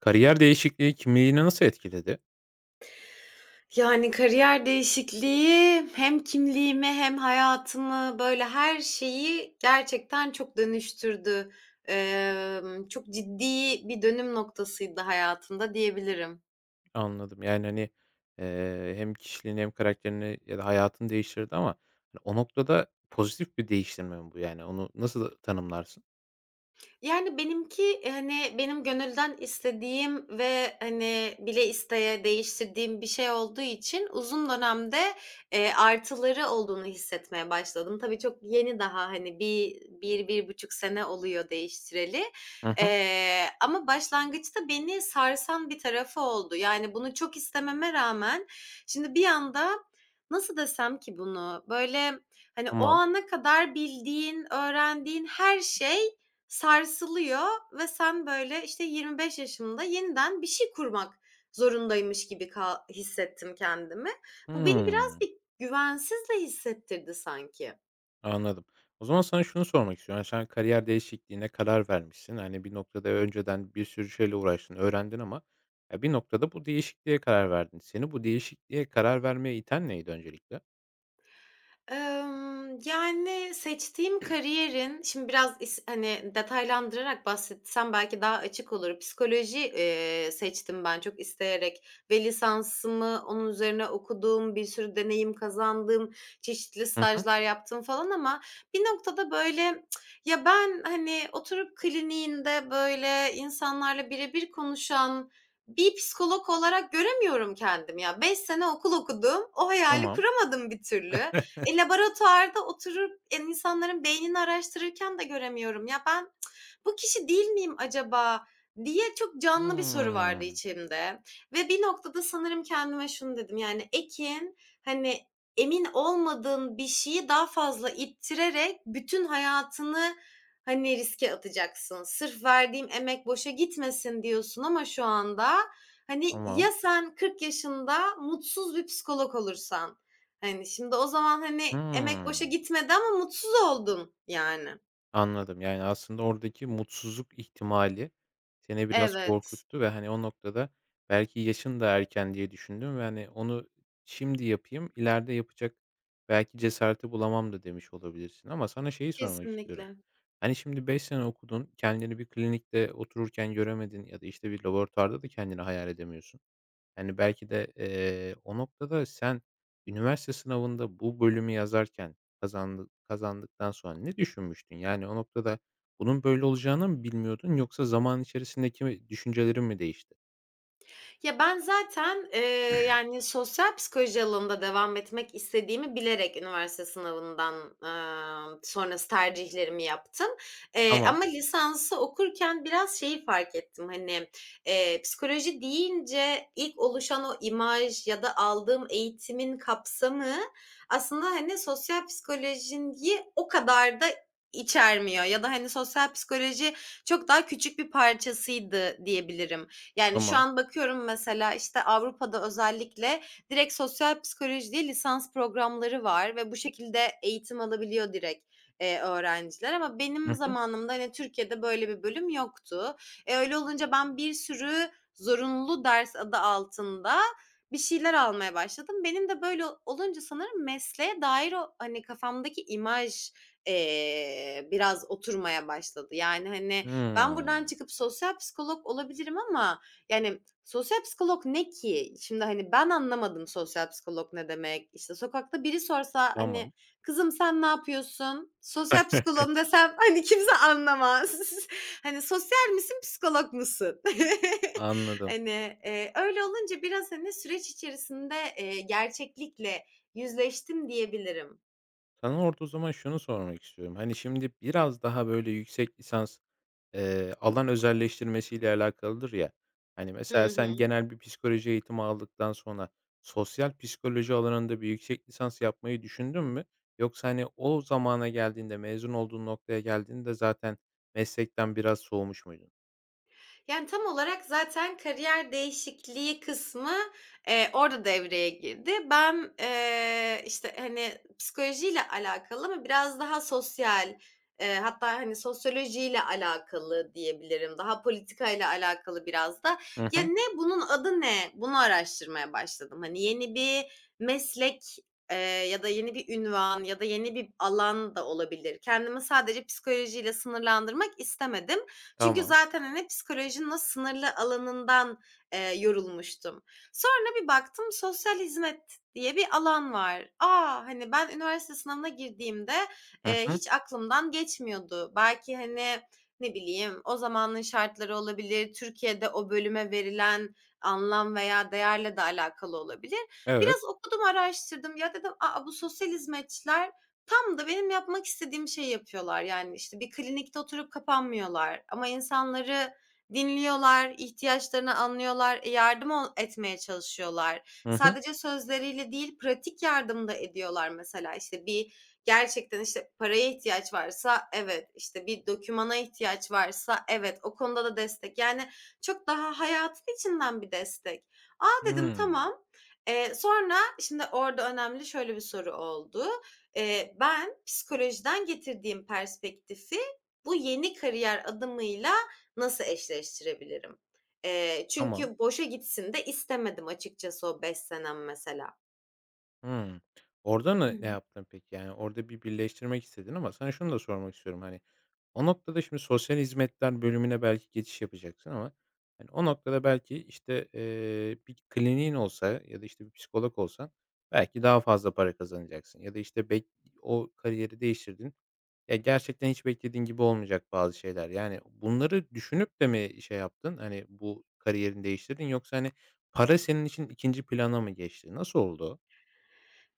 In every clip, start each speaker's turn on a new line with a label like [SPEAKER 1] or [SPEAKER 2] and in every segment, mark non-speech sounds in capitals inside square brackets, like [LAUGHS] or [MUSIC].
[SPEAKER 1] Kariyer değişikliği kimliğini nasıl etkiledi?
[SPEAKER 2] Yani, kariyer değişikliği hem kimliğimi hem hayatımı, böyle, her şeyi gerçekten çok dönüştürdü. Çok ciddi bir dönüm noktasıydı hayatımda diyebilirim.
[SPEAKER 1] Anladım. Yani, hani, hem kişiliğini hem karakterini ya da hayatını değiştirdi ama hani o noktada pozitif bir değiştirme mi bu yani? Onu nasıl tanımlarsın?
[SPEAKER 2] Yani, benimki, hani, benim gönülden istediğim ve, hani, bile isteye değiştirdiğim bir şey olduğu için uzun dönemde, artıları olduğunu hissetmeye başladım. Tabii çok yeni daha, hani, 1,5 sene oluyor değiştireli.
[SPEAKER 1] Hı hı.
[SPEAKER 2] Ama başlangıçta beni sarsan bir tarafı oldu. Yani, bunu çok istememe rağmen şimdi bir anda nasıl desem ki bunu? Böyle, hani, o
[SPEAKER 1] Tamam.
[SPEAKER 2] ana kadar bildiğin, öğrendiğin her şey sarsılıyor ve sen, böyle, işte, 25 yaşımda yeniden bir şey kurmak zorundaymış gibi hissettim kendimi. Bu beni biraz
[SPEAKER 1] Hımm,
[SPEAKER 2] bir güvensiz de hissettirdi sanki.
[SPEAKER 1] anladım. O zaman sana şunu sormak istiyorum. Yani sen kariyer değişikliğine karar vermişsin. Hani bir noktada önceden bir sürü şeyle uğraştın, öğrendin ama ya bir noktada bu değişikliğe karar verdin. Seni bu değişikliğe karar vermeye iten neydi öncelikle?
[SPEAKER 2] Yani, seçtiğim kariyerin şimdi biraz hani, detaylandırarak bahsetsem belki daha açık olur. Psikoloji, seçtim ben çok isteyerek ve lisansımı onun üzerine okudum, bir sürü deneyim kazandım, çeşitli
[SPEAKER 1] Hı hı.
[SPEAKER 2] stajlar yaptım falan ama bir noktada, böyle, ya, ben, hani, oturup kliniğinde, böyle, insanlarla bire bir konuşan bir psikolog olarak göremiyorum kendimi ya. 5 sene okul okudum, o hayali
[SPEAKER 1] Tamam.
[SPEAKER 2] kuramadım bir türlü. E, laboratuvarda oturup, insanların beynini araştırırken de göremiyorum. Ya, ben "Bu kişi değil miyim acaba?" diye çok canlı bir soru vardı
[SPEAKER 1] Hımm.
[SPEAKER 2] içimde ve bir noktada sanırım kendime şunu dedim, yani, "Ekin, hani, emin olmadığın bir şeyi daha fazla ittirerek bütün hayatını, hani, riske atacaksın. Sırf verdiğim emek boşa gitmesin diyorsun ama şu anda, hani,
[SPEAKER 1] Tamam.
[SPEAKER 2] ya sen 40 yaşında mutsuz bir psikolog olursan." Hani, şimdi o zaman, hani, emek boşa
[SPEAKER 1] Hımm,
[SPEAKER 2] gitmedi ama mutsuz oldun yani.
[SPEAKER 1] anladım. Yani, aslında oradaki mutsuzluk ihtimali seni biraz
[SPEAKER 2] Evet,
[SPEAKER 1] korkuttu ve, hani, o noktada belki yaşın da erken diye düşündün ve, hani, onu şimdi yapayım, ileride yapacak belki cesareti bulamam da demiş olabilirsin ama sana şeyi sormak istiyorum.
[SPEAKER 2] kesinlikle.
[SPEAKER 1] Hani, şimdi 5 sene okudun, kendini bir klinikte otururken göremedin ya da, işte, bir laboratuvarda da kendini hayal edemiyorsun. Yani, belki de, o noktada sen üniversite sınavında bu bölümü yazarken kazandıktan sonra ne düşünmüştün? Yani, o noktada bunun böyle olacağını mı bilmiyordun yoksa zaman içerisindeki mi düşüncelerin mi değişti?
[SPEAKER 2] Ya, ben zaten, yani, sosyal psikoloji alanında devam etmek istediğimi bilerek üniversite sınavından, sonrası tercihlerimi yaptım.
[SPEAKER 1] Tamam,
[SPEAKER 2] Ama lisansı okurken biraz şeyi fark ettim, hani, psikoloji deyince ilk oluşan o imaj ya da aldığım eğitimin kapsamı aslında, hani, sosyal psikolojiyi o kadar da içermiyor ya da, hani, sosyal psikoloji çok daha küçük bir parçasıydı diyebilirim. Yani şu
[SPEAKER 1] tamam.
[SPEAKER 2] an bakıyorum mesela işte Avrupa'da özellikle direkt sosyal psikoloji diye lisans programları var ve bu şekilde eğitim alabiliyor direkt, öğrenciler ama benim
[SPEAKER 1] Hı hı.
[SPEAKER 2] zamanımda, hani, Türkiye'de böyle bir bölüm yoktu. E, öyle olunca ben bir sürü zorunlu ders adı altında bir şeyler almaya başladım. Benim de böyle olunca sanırım mesleğe dair o, hani, kafamdaki imaj, biraz oturmaya başladı. Yani, hani, ben buradan
[SPEAKER 1] Hımm.
[SPEAKER 2] çıkıp sosyal psikolog olabilirim ama yani, sosyal psikolog ne ki? Şimdi, hani, ben anlamadım sosyal psikolog ne demek. İşte, sokakta biri sorsa, hani,
[SPEAKER 1] Tamam.
[SPEAKER 2] "Kızım sen ne yapıyorsun? Sosyal psikoloğum." desem, [LAUGHS] hani, kimse anlamaz. [LAUGHS] Hani, sosyal misin, psikolog musun? [LAUGHS]
[SPEAKER 1] Anladım.
[SPEAKER 2] Hani, öyle olunca biraz, hani, süreç içerisinde, gerçeklikle yüzleştim diyebilirim.
[SPEAKER 1] Sana orada o zaman şunu sormak istiyorum. Hani, şimdi biraz daha böyle yüksek lisans alan özelleştirmesiyle alakalıdır ya. Hani,
[SPEAKER 2] Hı
[SPEAKER 1] mesela
[SPEAKER 2] hı.
[SPEAKER 1] sen genel bir psikoloji eğitimi aldıktan sonra sosyal psikoloji alanında bir yüksek lisans yapmayı düşündün mü? Yoksa, hani, o zamana geldiğinde, mezun olduğun noktaya geldiğinde zaten meslekten biraz soğumuş muydun?
[SPEAKER 2] Yani, tam olarak zaten kariyer değişikliği kısmı, orada devreye girdi. Ben, işte, hani, psikolojiyle alakalı ama biraz daha sosyal, hatta, hani, sosyolojiyle alakalı diyebilirim. Daha politikayla alakalı biraz da.
[SPEAKER 1] Hı
[SPEAKER 2] Ya,
[SPEAKER 1] hı.
[SPEAKER 2] ne, bunun adı ne? Bunu araştırmaya başladım. Hani, yeni bir meslek, ya da yeni bir ünvan ya da yeni bir alan da olabilir. Kendimi sadece psikolojiyle sınırlandırmak istemedim. Çünkü
[SPEAKER 1] Tamam.
[SPEAKER 2] zaten, hani, psikolojinin o sınırlı alanından, yorulmuştum. Sonra bir baktım sosyal hizmet diye bir alan var. Aa, hani, ben üniversite sınavına girdiğimde,
[SPEAKER 1] Hı hı.
[SPEAKER 2] hiç aklımdan geçmiyordu. Belki, hani, ne bileyim, o zamanın şartları olabilir, Türkiye'de o bölüme verilen anlam veya değerle de alakalı olabilir.
[SPEAKER 1] Evet.
[SPEAKER 2] Biraz okudum, araştırdım. Ya, dedim, "A, bu sosyal hizmetçiler tam da benim yapmak istediğim şeyi yapıyorlar. Yani, işte, bir klinikte oturup kapanmıyorlar ama insanları dinliyorlar, ihtiyaçlarını anlıyorlar, e, yardım etmeye çalışıyorlar.
[SPEAKER 1] Hı hı.
[SPEAKER 2] Sadece sözleriyle değil, pratik yardım da ediyorlar mesela. İşte, bir gerçekten, işte, paraya ihtiyaç varsa evet, işte, bir dokümana ihtiyaç varsa evet, o konuda da destek. Yani, çok daha hayatın içinden bir destek. A, dedim,
[SPEAKER 1] Hımm.
[SPEAKER 2] tamam. Sonra şimdi orada önemli şöyle bir soru oldu. Ben psikolojiden getirdiğim perspektifi bu yeni kariyer adımıyla nasıl eşleştirebilirim?
[SPEAKER 1] Tamam.
[SPEAKER 2] Çünkü boşa gitsin de istemedim açıkçası o 5 senem mesela.
[SPEAKER 1] Hımm. Orada ne yaptın peki? Yani, orada birleştirmek istedin ama sana şunu da sormak istiyorum, hani, o noktada şimdi sosyal hizmetler bölümüne belki geçiş yapacaksın ama, hani, o noktada belki, işte, bir kliniğin olsa ya da, işte, bir psikolog olsan belki daha fazla para kazanacaksın ya da, işte, o kariyeri değiştirdin. Ya, gerçekten hiç beklediğin gibi olmayacak bazı şeyler. Yani, bunları düşünüp de mi şey yaptın, hani, bu kariyerini değiştirdin yoksa, hani, para senin için ikinci plana mı geçti? Nasıl oldu?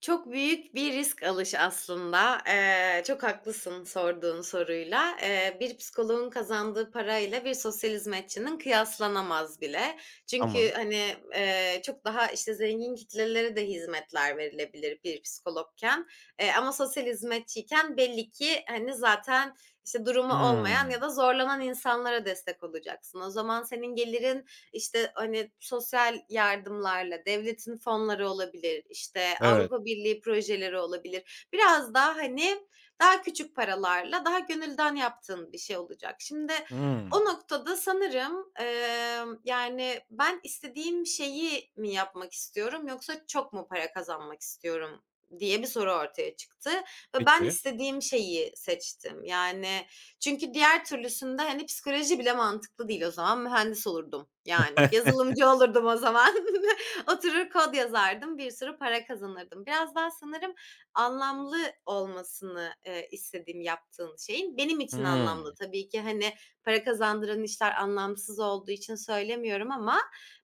[SPEAKER 2] Çok büyük bir risk alışı aslında. Çok haklısın sorduğun soruyla. Bir psikoloğun kazandığı parayla bir sosyal hizmetçinin kıyaslanamaz bile. Çünkü,
[SPEAKER 1] Tamam.
[SPEAKER 2] hani, çok daha, işte, zengin kitlelere de hizmetler verilebilir bir psikologken, ama sosyal hizmetçiyken belli ki, hani, zaten, işte, durumu olmayan ya
[SPEAKER 1] Hımm.
[SPEAKER 2] da zorlanan insanlara destek olacaksın. O zaman senin gelirin, işte, hani, sosyal yardımlarla, devletin fonları olabilir, işte,
[SPEAKER 1] Evet.
[SPEAKER 2] Avrupa Birliği projeleri olabilir. Biraz daha, hani, daha küçük paralarla daha gönülden yaptığın bir şey olacak. Şimdi
[SPEAKER 1] Hımm.
[SPEAKER 2] o noktada sanırım, yani, ben istediğim şeyi mi yapmak istiyorum yoksa çok mu para kazanmak istiyorum diye bir soru ortaya çıktı ve ben
[SPEAKER 1] Peki.
[SPEAKER 2] istediğim şeyi seçtim. Yani çünkü diğer türlüsünde, hani, psikoloji bile mantıklı değil o zaman. Mühendis olurdum, yani.
[SPEAKER 1] [LAUGHS]
[SPEAKER 2] Yazılımcı olurdum o zaman. [LAUGHS] Oturur kod yazardım, bir sürü para kazanırdım. Biraz daha sanırım anlamlı olmasını, istediğim yaptığın şeyin. Benim için
[SPEAKER 1] Hımm.
[SPEAKER 2] anlamlı tabii ki, hani, para kazandıran işler anlamsız olduğu için söylemiyorum ama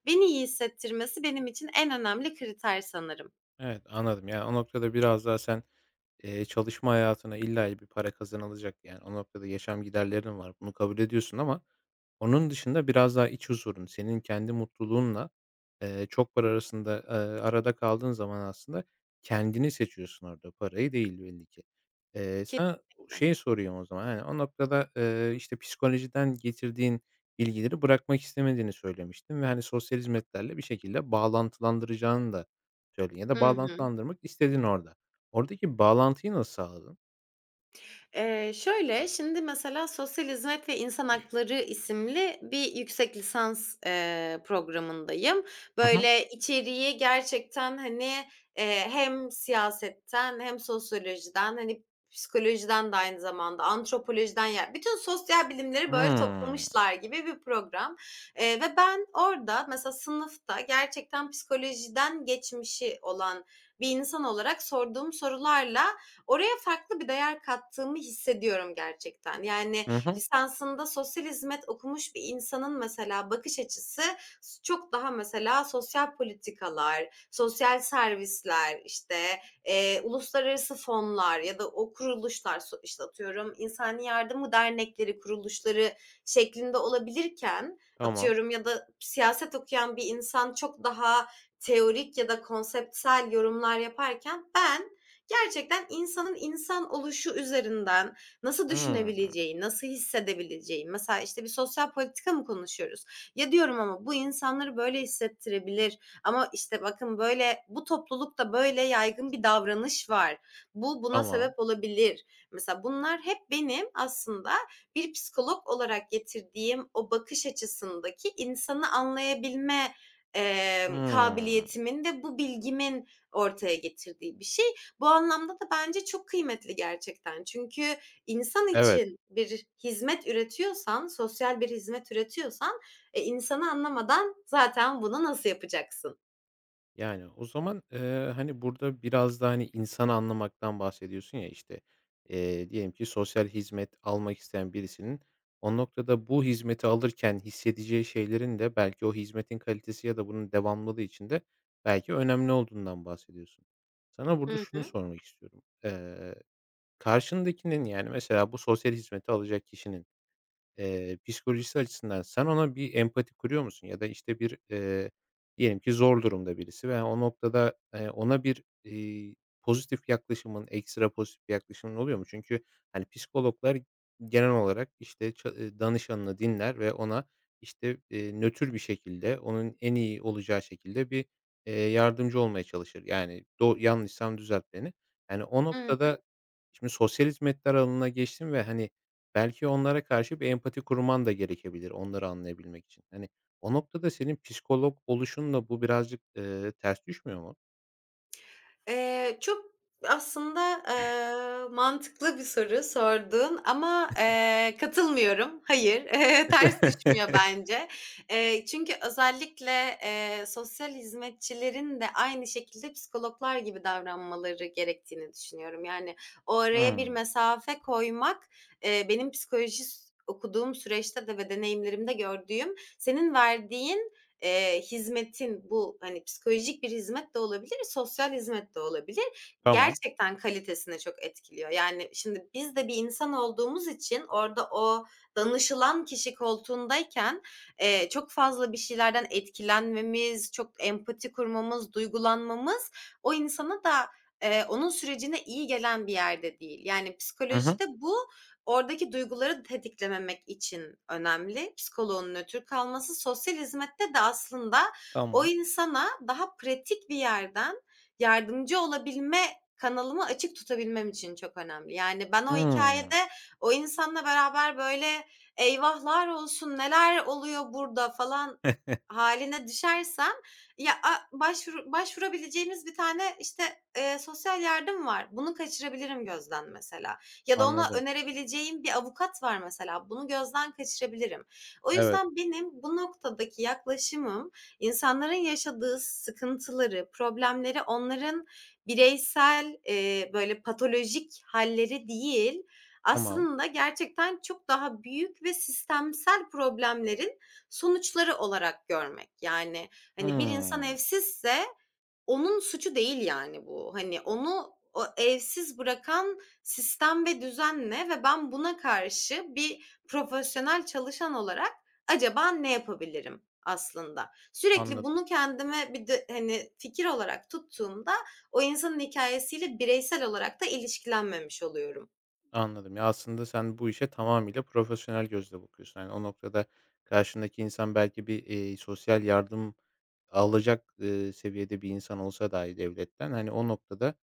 [SPEAKER 2] beni iyi hissettirmesi benim için en önemli kriter sanırım.
[SPEAKER 1] Evet, anladım. Yani, o noktada biraz daha sen, çalışma hayatına illa bir para kazanılacak, yani, o noktada yaşam giderlerin var. Bunu kabul ediyorsun ama onun dışında biraz daha iç huzurun, senin kendi mutluluğunla, çok para arasında, arada kaldığın zaman aslında kendini seçiyorsun orada, parayı değil belli ki. Sana
[SPEAKER 2] Kesinlikle.
[SPEAKER 1] şeyi sorayım o zaman, yani o noktada, işte, psikolojiden getirdiğin bilgileri bırakmak istemediğini söylemiştin ve, hani, sosyal hizmetlerle bir şekilde bağlantılandıracağını da söyledin ya da
[SPEAKER 2] Hı hı.
[SPEAKER 1] bağlantılandırmak istedin orada. Oradaki bağlantıyı nasıl sağladın?
[SPEAKER 2] Şöyle, şimdi mesela Sosyal Hizmet ve İnsan Hakları isimli bir yüksek lisans, programındayım.
[SPEAKER 1] Hı hı.
[SPEAKER 2] Böyle içeriği gerçekten, hani, hem siyasetten hem sosyolojiden, hani, psikolojiden de aynı zamanda antropolojiden ya bütün sosyal bilimleri böyle
[SPEAKER 1] Hımm.
[SPEAKER 2] toplamışlar gibi bir program, ve ben orada mesela sınıfta gerçekten psikolojiden geçmişi olan bir insan olarak sorduğum sorularla oraya farklı bir değer kattığımı hissediyorum gerçekten. Yani
[SPEAKER 1] Hı hı.
[SPEAKER 2] lisansında sosyal hizmet okumuş bir insanın mesela bakış açısı çok daha mesela sosyal politikalar, sosyal servisler, işte, uluslararası fonlar ya da o kuruluşlar, işte, atıyorum insani yardımı dernekleri, kuruluşları şeklinde olabilirken,
[SPEAKER 1] Tamam.
[SPEAKER 2] atıyorum ya da siyaset okuyan bir insan çok daha teorik ya da konseptsel yorumlar yaparken ben gerçekten insanın insan oluşu üzerinden nasıl
[SPEAKER 1] Hımm.
[SPEAKER 2] düşünebileceği, nasıl hissedebileceği, mesela, işte, bir sosyal politika mı konuşuyoruz? Ya, diyorum ama bu insanları böyle hissettirebilir ama, işte, bakın böyle bu toplulukta böyle yaygın bir davranış var. Bu buna
[SPEAKER 1] Tamam.
[SPEAKER 2] sebep olabilir. Mesela bunlar hep benim aslında bir psikolog olarak getirdiğim o bakış açısındaki insanı anlayabilme,
[SPEAKER 1] Hımm.
[SPEAKER 2] kabiliyetimin ve bu bilgimin ortaya getirdiği bir şey bu anlamda da bence çok kıymetli gerçekten. Çünkü insan
[SPEAKER 1] Evet.
[SPEAKER 2] için bir hizmet üretiyorsan, sosyal bir hizmet üretiyorsan, e, insanı anlamadan zaten bunu nasıl yapacaksın?
[SPEAKER 1] Yani, o zaman, hani, burada biraz da, hani, insanı anlamaktan bahsediyorsun ya, işte, diyelim ki sosyal hizmet almak isteyen birisinin o noktada bu hizmeti alırken hissedeceği şeylerin de belki o hizmetin kalitesi ya da bunun devamlılığı için de belki önemli olduğundan bahsediyorsun. Sana burada
[SPEAKER 2] Hı
[SPEAKER 1] şunu
[SPEAKER 2] hı.
[SPEAKER 1] sormak istiyorum. Karşındakinin, yani, mesela bu sosyal hizmeti alacak kişinin, psikolojisi açısından sen ona bir empati kuruyor musun? Ya da, işte, bir, diyelim ki zor durumda birisi ve o noktada, ona bir, pozitif yaklaşımın, ekstra pozitif bir yaklaşımın oluyor mu? Çünkü, hani, psikologlar genel olarak, işte, ça danışanını dinler ve ona, işte, nötr bir şekilde, onun en iyi olacağı şekilde bir, yardımcı olmaya çalışır. Yani, yanlışsam düzelt beni. Yani, o
[SPEAKER 2] Hı
[SPEAKER 1] noktada şimdi sosyal hizmetler alanına geçtim ve, hani, belki onlara karşı bir empati kurman da gerekebilir onları anlayabilmek için. Hani, o noktada senin psikolog oluşunla bu birazcık, ters düşmüyor mu?
[SPEAKER 2] Çok aslında, mantıklı bir soru sordun ama, katılmıyorum. Hayır, [LAUGHS] ters düşmüyor
[SPEAKER 1] [LAUGHS]
[SPEAKER 2] bence. Çünkü özellikle, sosyal hizmetçilerin de aynı şekilde psikologlar gibi davranmaları gerektiğini düşünüyorum. Yani, o araya bir
[SPEAKER 1] Hımm.
[SPEAKER 2] mesafe koymak, benim psikoloji okuduğum süreçte de ve deneyimlerimde gördüğüm, senin verdiğin hizmetin bu, hani, psikolojik bir hizmet de olabilir, sosyal hizmet de olabilir.
[SPEAKER 1] Tamam.
[SPEAKER 2] Gerçekten kalitesini çok etkiliyor. Yani, şimdi biz de bir insan olduğumuz için orada o danışılan kişi koltuğundayken, çok fazla bir şeylerden etkilenmemiz, çok empati kurmamız, duygulanmamız o insana da, onun sürecine iyi gelen bir yerde değil. Yani,
[SPEAKER 1] Hı hı.
[SPEAKER 2] psikolojide bu oradaki duyguları tetiklememek için önemli. Psikoloğun nötr kalması sosyal hizmette de aslında o
[SPEAKER 1] Tamam.
[SPEAKER 2] insana daha pratik bir yerden yardımcı olabilme kanalımı açık tutabilmem için çok önemli. Yani ben o
[SPEAKER 1] Hımm.
[SPEAKER 2] hikâyede o insanla beraber böyle "Eyvahlar olsun, neler oluyor burada?" falan
[SPEAKER 1] [LAUGHS]
[SPEAKER 2] hâline düşersem ya, a başvurabileceğimiz bir tane, işte, sosyal yardım var. Bunu kaçırabilirim gözden mesela ya da ona
[SPEAKER 1] Anladım.
[SPEAKER 2] önerebileceğim bir avukat var mesela. Bunu gözden kaçırabilirim. O
[SPEAKER 1] Evet.
[SPEAKER 2] yüzden benim bu noktadaki yaklaşımım insanların yaşadığı sıkıntıları, problemleri onların bireysel, böyle patolojik halleri değil,
[SPEAKER 1] Tamam.
[SPEAKER 2] aslında gerçekten çok daha büyük ve sistemsel problemlerin sonuçları olarak görmek. Yani, hani, bir insan
[SPEAKER 1] Hımm.
[SPEAKER 2] evsizse onun suçu değil yani bu. Hani onu o evsiz bırakan sistem ve düzen ne ve ben buna karşı bir profesyonel çalışan olarak acaba ne yapabilirim aslında? Sürekli
[SPEAKER 1] Anladım,
[SPEAKER 2] bunu kendime bir de hani fikir olarak tuttuğumda o insanın hikayesiyle bireysel olarak da ilişkilenmemiş oluyorum.
[SPEAKER 1] anladım. Ya, aslında sen bu işe tamamıyla profesyonel gözle bakıyorsun. Yani o noktada karşındaki insan belki bir, sosyal yardım alacak, seviyede bir insan olsa dahi devletten, hani, o noktada,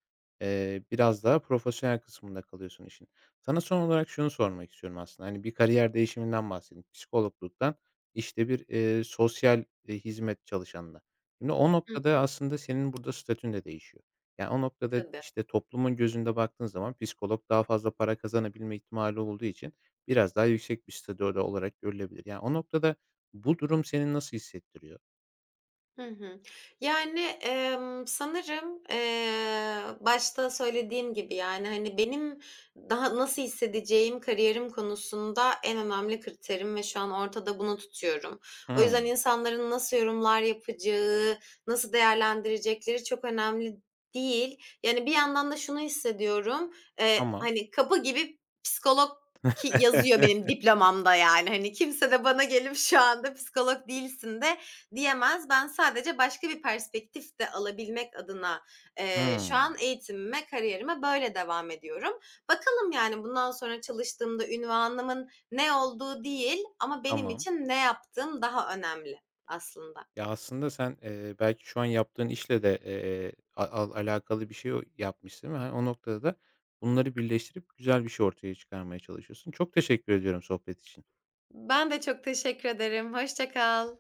[SPEAKER 1] biraz daha profesyonel kısmında kalıyorsun işin. Sana son olarak şunu sormak istiyorum aslında, hani, bir kariyer değişiminden bahsettin, psikologluktan, işte, bir, sosyal, hizmet çalışanına. Şimdi o
[SPEAKER 2] Hı
[SPEAKER 1] noktada
[SPEAKER 2] hı.
[SPEAKER 1] aslında senin burada statün de değişiyor. Yani, o noktada,
[SPEAKER 2] Tabii.
[SPEAKER 1] işte, toplumun gözünde baktığın zaman psikolog daha fazla para kazanabilme ihtimali olduğu için biraz daha yüksek bir statüde olarak görülebilir. Yani, o noktada bu durum seni nasıl hissettiriyor?
[SPEAKER 2] Hı hı. Yani, sanırım, başta söylediğim gibi, yani, hani, benim daha nasıl hissedeceğim kariyerim konusunda en önemli kriterim ve şu an ortada bunu tutuyorum. O yüzden
[SPEAKER 1] Hıı.
[SPEAKER 2] insanların nasıl yorumlar yapacağı, nasıl değerlendirecekleri çok önemli değil. Yani, bir yandan da şunu hissediyorum,
[SPEAKER 1] Tamam.
[SPEAKER 2] hani, kapı gibi psikolog ki yazıyor benim
[SPEAKER 1] [LAUGHS]
[SPEAKER 2] diplomamda, yani. Hani, kimse de bana gelip şu anda psikolog değilsin de diyemez. Ben sadece başka bir perspektif de alabilmek adına, şu an
[SPEAKER 1] Hımm,
[SPEAKER 2] eğitimime, kariyerime böyle devam ediyorum. Bakalım, yani, bundan sonra çalıştığımda ünvanımın ne olduğu değil ama benim
[SPEAKER 1] tamam.
[SPEAKER 2] için ne yaptığım daha önemli aslında.
[SPEAKER 1] Ya, aslında sen, belki şu an yaptığın işle de, a al alakalı bir şey o yapmışsın ve, hani, o noktada da bunları birleştirip güzel bir şey ortaya çıkarmaya çalışıyorsun. Çok teşekkür ediyorum sohbet için.
[SPEAKER 2] Ben de çok teşekkür ederim. Hoşça kal.